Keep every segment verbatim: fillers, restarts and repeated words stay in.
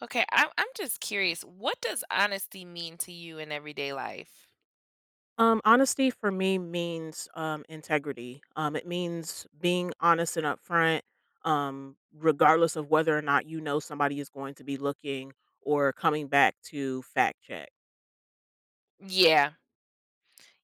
Okay, I'm I'm just curious, what does honesty mean to you in everyday life? Um, honesty for me means um, integrity. Um, it means being honest and upfront, um, regardless of whether or not you know somebody is going to be looking or coming back to fact check. Yeah,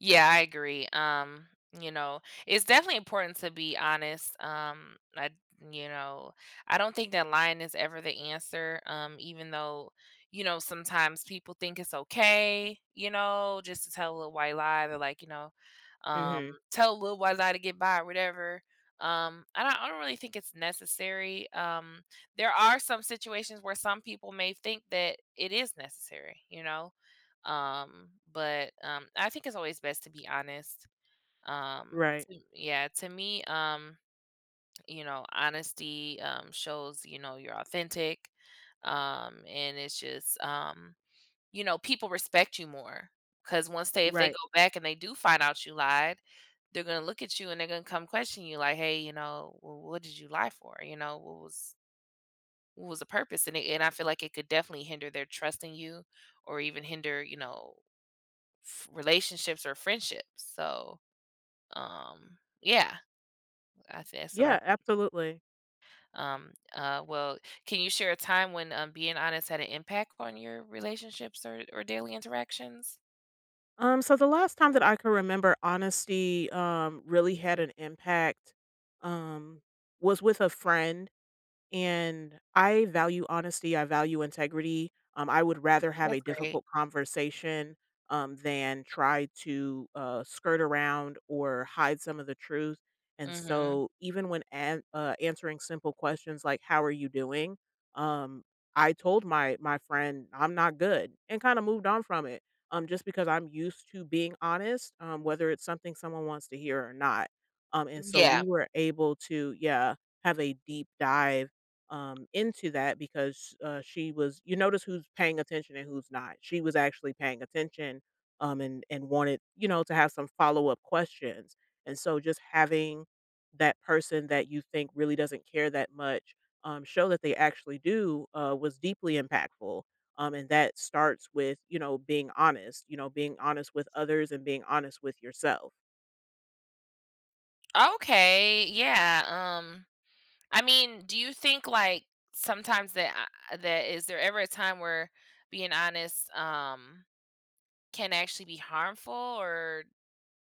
yeah, I agree. Um, you know, it's definitely important to be honest. Um, I, you know, I don't think that lying is ever the answer. Um, even though, you know, sometimes people think it's okay, you know, just to tell a little white lie. They're like, you know, Hmm. um, tell a little white lie to get by or whatever. Um, I don't, I don't really think it's necessary. Um, there are some situations where some people may think that it is necessary. You know um, but, um, I think it's always best to be honest. Um, Right. to Yeah, to me, um, you know, honesty, um, shows, you know, you're authentic. Um, and it's just, um, you know, people respect you more because once they if they Right. go back and they do find out you lied. They're gonna look at you, and they're gonna come question you like, "Hey, you know, well, what did you lie for?" You know, "What was what was the purpose?" And it and I feel like it could definitely hinder their trust in you, or even hinder, you know, f- relationships or friendships. So, um, yeah, I think that's what I Yeah. think. Absolutely. Um, uh, well, can you share a time when um, being honest had an impact on your relationships, or, or daily interactions? Um, so the last time that I could remember honesty um, really had an impact um, was with a friend. And I value honesty, I value integrity. Um, I would rather have a That's great. difficult conversation um, than try to uh, skirt around or hide some of the truth. And Mm-hmm. so, even when an- uh, answering simple questions like "How are you doing," um, I told my my friend I'm not good, and kind of moved on from it. Um, just because I'm used to being honest, um, whether it's something someone wants to hear or not. Um, and so we Yeah. were able to, yeah, have a deep dive um, into that because uh, she was you notice who's paying attention and who's not. She was actually paying attention um, and and wanted you know to have some follow up questions. And so just having that person that you think really doesn't care that much um, show that they actually do uh, was deeply impactful. Um, and that starts with you know being honest, you know being honest with others and being honest with yourself. Okay. Yeah. Um, I mean, do you think, like, sometimes that, I- that is there ever a time where being honest um can actually be harmful, or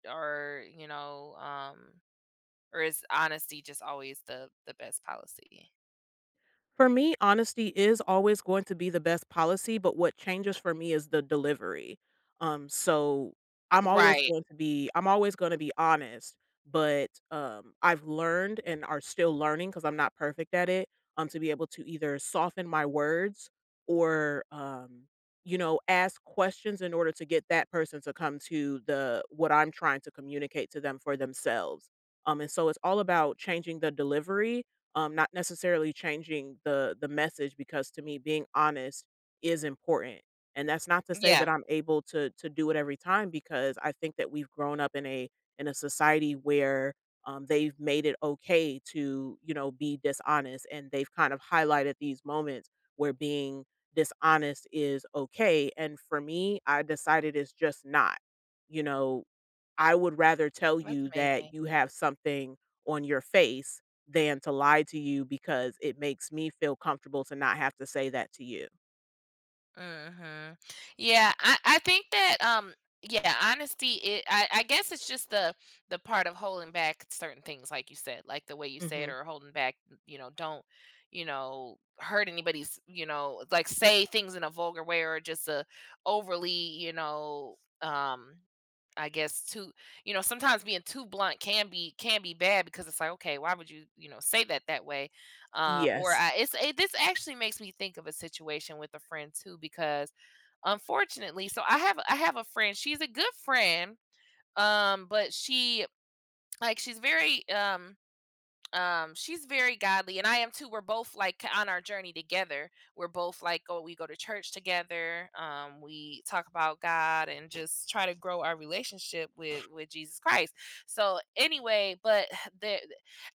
or you know um Or is honesty just always the the best policy? For me, honesty is always going to be the best policy, but what changes for me is the delivery. Um, so I'm always Right. going to be I'm always going to be honest, but um, I've learned and are still learning because I'm not perfect at it. Um, to be able to either soften my words or um, you know, ask questions in order to get that person to come to the what I'm trying to communicate to them for themselves. Um, and so it's all about changing the delivery, um, not necessarily changing the the message because to me being honest is important. And that's not to say that Yeah. I'm able to to do it every time because I think that we've grown up in a in a society where um, they've made it okay to you know be dishonest and they've kind of highlighted these moments where being dishonest is okay. And for me, I decided it's just not. You know, I would rather tell That's you that amazing. you have something on your face than to lie to you because it makes me feel comfortable to not have to say that to you. Mhm. Yeah, I I think that, um yeah, honesty, it I I guess it's just the the part of holding back certain things, like you said, like the way you said, Mhm. or holding back, you know, don't, you know, hurt anybody's, you know, like, say things in a vulgar way, or just a, overly, you know, um I guess too, you know, sometimes being too blunt can be can be bad, because it's like, okay, why would you, you know, say that that way? Um or Yes. I it's it, This actually makes me think of a situation with a friend too, because unfortunately, so i have i have a friend. She's a good friend, um but she, like she's very um um she's very godly, and I am too. We're both, like, k- on our journey together. We're both like go we go to church together. Um we talk about God and just try to grow our relationship with with Jesus Christ. So anyway, but the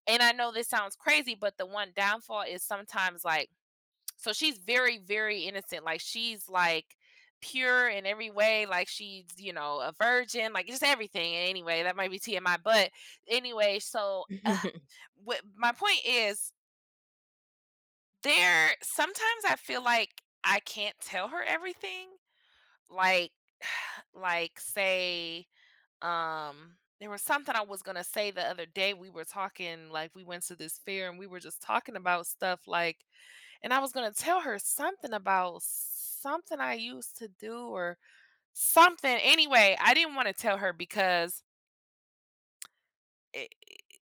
and I know this sounds crazy, but the one downfall is, sometimes, like, so she's very, very innocent. Like, she's like pure in every way. Like she's, you know, a virgin, like just everything. And anyway, that might be T M I. But anyway, so uh, what, my point is there. Sometimes I feel like I can't tell her everything. Like, like, say, um, there was something I was gonna say the other day. We were talking, like, we went to this fair and we were just talking about stuff like, and I was gonna tell her something about something I used to do or something. Anyway, I didn't wanna tell her because it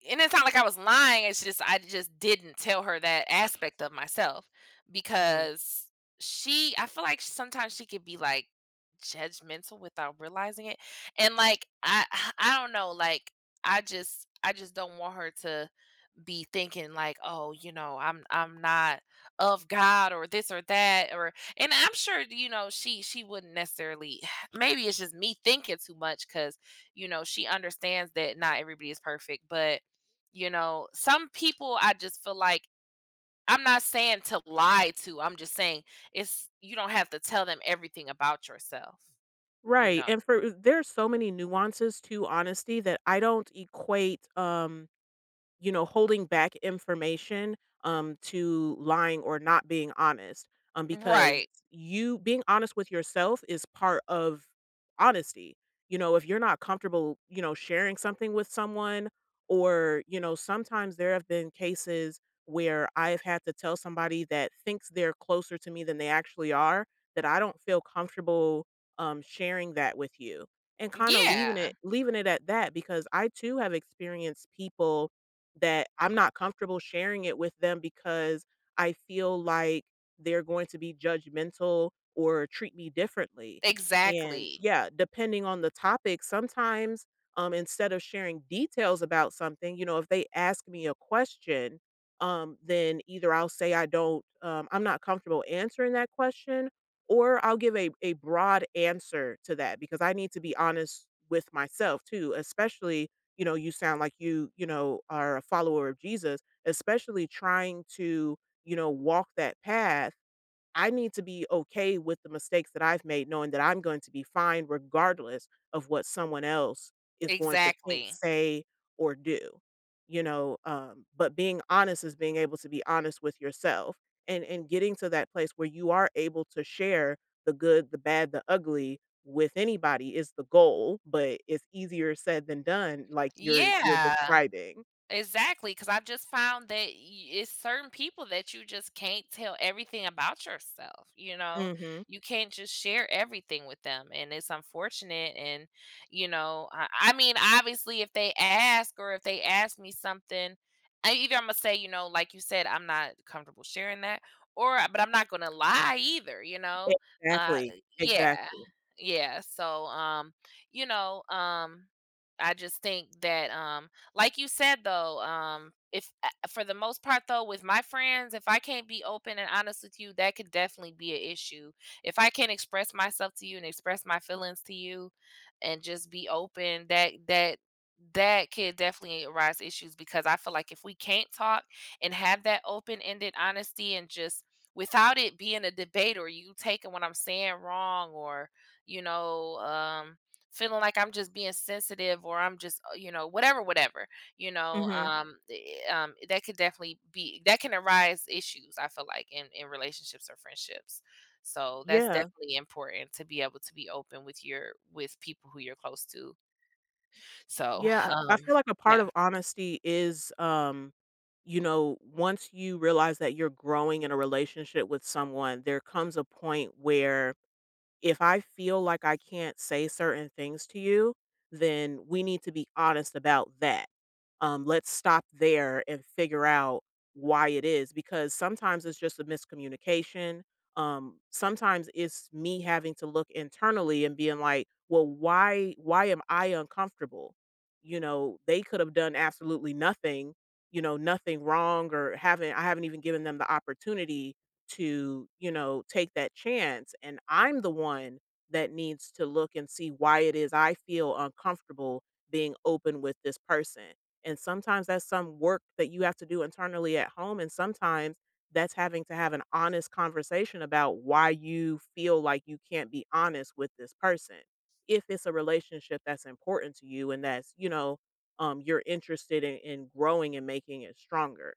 and it's not like I was lying. It's just, I just didn't tell her that aspect of myself, Mhm. because she I feel like sometimes she could be, like, judgmental without realizing it. And like, I I don't know, like, I just I just don't want her to be thinking like, "Oh, you know, I'm I'm not of God or this or that," or and I'm sure, you know, she she wouldn't necessarily. Maybe it's just me thinking too much because, you know, she understands that not everybody is perfect. But, you know, some people, I just feel like, I'm not saying to lie to. I'm just saying, it's, you don't have to tell them everything about yourself, you Right, know. and for there's so many nuances to honesty that I don't equate, um you know, holding back information, um, to lying or not being honest, um, because Right. you being honest with yourself is part of honesty. You know, if you're not comfortable, you know, sharing something with someone, or, you know, sometimes there have been cases where I've had to tell somebody that thinks they're closer to me than they actually are that I don't feel comfortable, um, sharing that with you and kind of leaving it Yeah. leaving it at that because I too have experienced people that I'm not comfortable sharing it with them because I feel like they're going to be judgmental or treat me differently. And Exactly. yeah, depending on the topic, sometimes um, instead of sharing details about something, you know, if they ask me a question, um, then either I'll say I don't, um, I'm not comfortable answering that question, or I'll give a, a broad answer to that because I need to be honest with myself too, especially you know, you sound like you, you know, are a follower of Jesus, especially trying to, you know, walk that path. I need to be okay with the mistakes that I've made, knowing that I'm going to be fine regardless of what someone else is going to think, Exactly. say, or do. You know, um, but being honest is being able to be honest with yourself and and getting to that place where you are able to share the good, the bad, the ugly with anybody is the goal, but it's easier said than done, like you're you're Yeah. describing. Exactly, because I've just found that, y- it's certain people that you just can't tell everything about yourself. You know, Hmm. you can't just share everything with them, and it's unfortunate. And, you know, I, I mean, obviously, if they ask, or if they ask me something, I, either I'm gonna say, you know, like you said, I'm not comfortable sharing that, or, but I'm not gonna lie either. You know, uh, Exactly. yeah, Exactly. yeah. So, um, you know, um, I just think that, um like you said, though, um, if, uh, for the most part, though, with my friends, if I can't be open and honest with you, that could definitely be an issue. If I can't express myself to you and express my feelings to you and just be open, that that that could definitely arise issues, because I feel like if we can't talk and have that open-ended honesty and just, without it being a debate, or you taking what I'm saying wrong, or you know, um feeling like I'm just being sensitive, or I'm just, uh, you know, whatever, whatever, you know, Hmm. um, i- um, that could definitely be, that can arise issues, I feel like, in, in relationships or friendships. So that's Yeah. definitely important to be able to be open with your, with people who you're close to. So, Yeah, I I um, feel like a part yeah. of honesty is, um, you know, once you realize that you're growing in a relationship with someone, there comes a point where if I feel like I can't say certain things to you, then we need to be honest about that, um, let's stop there and figure out why it is because sometimes it's just a miscommunication. Um, sometimes it's me having to look internally and being like, well, why why am I uncomfortable? You know, they could have done absolutely nothing, you know, nothing wrong or haven't I haven't even given them the opportunity to, you know, take that chance. And I'm the one that needs to look and see why it is I feel uncomfortable being open with this person and sometimes that's some work that you have to do internally at home. And sometimes that's having to have an honest conversation about why you feel like you can't be honest with this person. If it's a relationship that's important to you and that's, you know, um, you're interested in, in growing and making it stronger.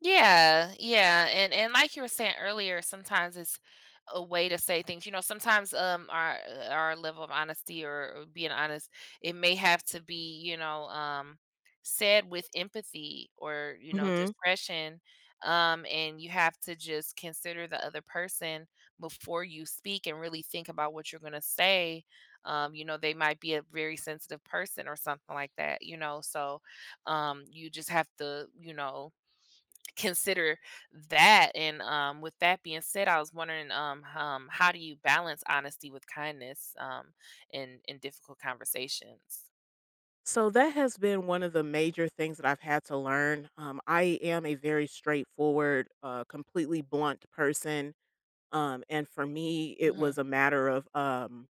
Yeah, yeah, and and like you were saying earlier, sometimes it's a way to say things. You know, sometimes, um our uh, our level of honesty, or, or being honest, it may have to be, you know, um said with empathy, or, you know, Hmm. discretion. Um, and you have to just consider the other person before you speak and really think about what you're gonna say. Um, you know, they might be a very sensitive person or something like that, you know. So um you just have to, you know, consider that. And, um, with that being said, I was wondering, um, um, how do you balance honesty with kindness um, in in difficult conversations? So that has been one of the major things that I've had to learn. Um, I am a very straightforward, uh, completely blunt person. Um, and for me, it Hmm. was a matter of um,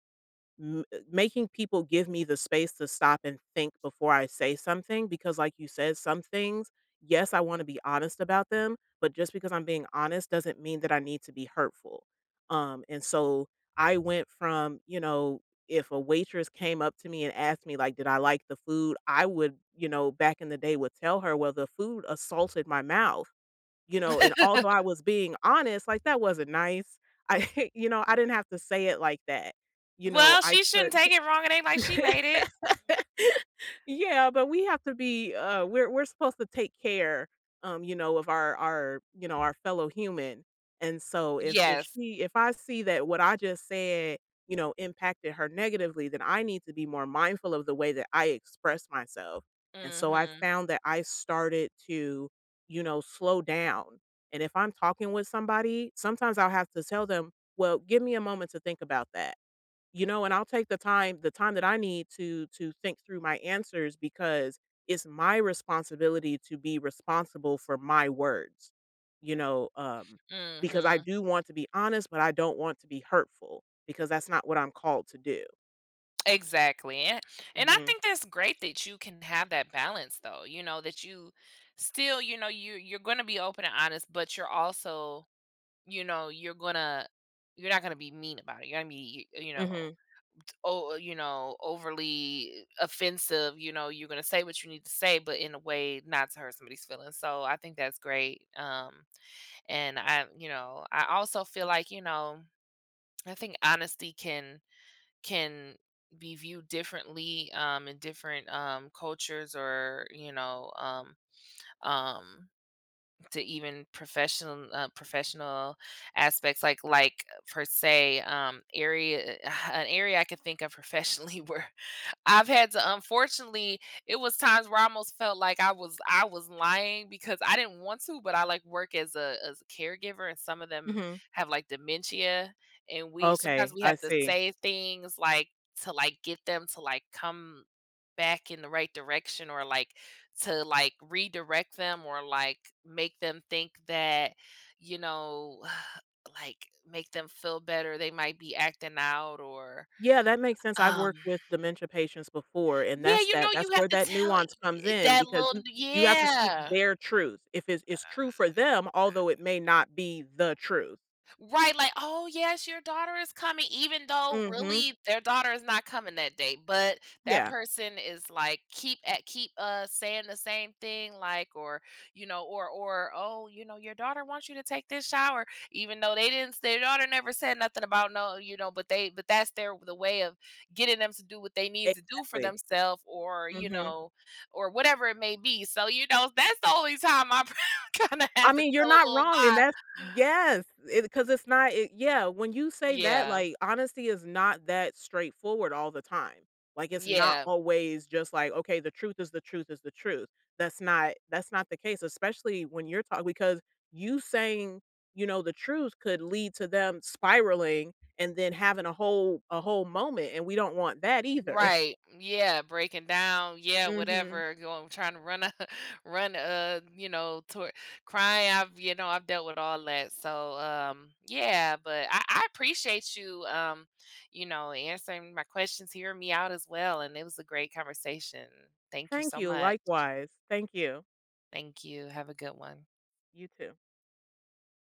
M uh, making people give me the space to stop and think before I say something because, like you said, some things, yes, I wanna be honest about them, but just because I'm being honest doesn't mean that I need to be hurtful. Um, and so I went from, you know, if a waitress came up to me and asked me, like, "Did I like the food?" I would, you know, back in the day, would tell her, "Well, the food assaulted my mouth." You know, and although I was being honest, like, that wasn't nice. I you know, I didn't have to say it like that. You know, Well, I she could. shouldn't take it wrong. It ain't like she made it. Yeah, but we have to be, uh, we're we're supposed to take care, um, you know, of our our, you know, our fellow human, and so if if Yes. she if I see that what I just said, you know, impacted her negatively, then I need to be more mindful of the way that I express myself, and so I Mhm. found that I started to, you know, slow down, and if I'm talking with somebody, sometimes I'll have to tell them, "Well, give me a moment to think about that." You know, and I'll take the time the time that I need to to think through my answers because it's my responsibility to be responsible for my words, you know, um, because I Mhm. do want to be honest, but I don't want to be hurtful because that's not what I'm called to do. Exactly. And And I Mhm. think that's great that you can have that balance, though. You know, that you still, you know, you you're gonna be open and honest, but you're also, you know, you're gonna you're not gonna be mean about it. You're gonna be, you know Mhm. oh, you know, overly offensive. You know, you're gonna say what you need to say, but in a way not to hurt somebody's feelings. So I think that's great. Um, and I, you know, I also feel like, you know, I think honesty can can be viewed differently, um in different, um cultures, or you know um um to even professional, uh, professional aspects, like like per se. Um area An area I could think of professionally where I've had to, unfortunately, it was times where I almost felt like I was I was lying because I didn't want to, but I, like, work as a as a caregiver, and some of them Mhm. have, like, dementia, and we sometimes Okay, we I have to see. say things like, to, like, get them to, like, come back in the right direction, or, like, to, like, redirect them, or, like, make them think that, you know, like, make them feel better. They might be acting out, or, Yeah, that makes sense. I've um worked with dementia patients before, and yeah, that's you know, that that's you have where to that tell, nuance comes y in that because you little, you have to speak yeah. their truth. If it's it's true for them, although it may not be the truth. Right, like, "Oh, yes, your daughter is coming," even though Mhm. really their daughter is not coming that day. But that Yeah, person is, like, keep at keep, uh, saying the same thing, like, or, you know, or or, "Oh, you know, your daughter wants you to take this shower," even though they didn't their daughter never said nothing about no, you know, but they but that's their the way of getting them to do what they need to do for exactly. themselves, or, you Mhm. know, or whatever it may be. So, you know, that's the only time I kinda I have to mean, you're tell a not little wrong, and lie. that's yes, because it's not it yeah, when you say that, Yeah. like, honesty is not that straightforward all the time. Like, it's not Yeah, always just like, "Okay, the truth is the truth is the truth." That's not that's not the case, especially when you're talking because you saying, you know, the truth could lead to them spiraling and then having a whole a whole moment, and we don't want that either. right. Yeah, breaking down. Yeah, Mhm. whatever. Going trying to run a run uh, you know, toward crying. I've you know, I've dealt with all that. So um yeah, but I, I appreciate you, um, you know, answering my questions, hearing me out as well. And it was a great conversation. Thank you Thank so you, much. likewise. Thank you. Thank you. Have a good one. You too.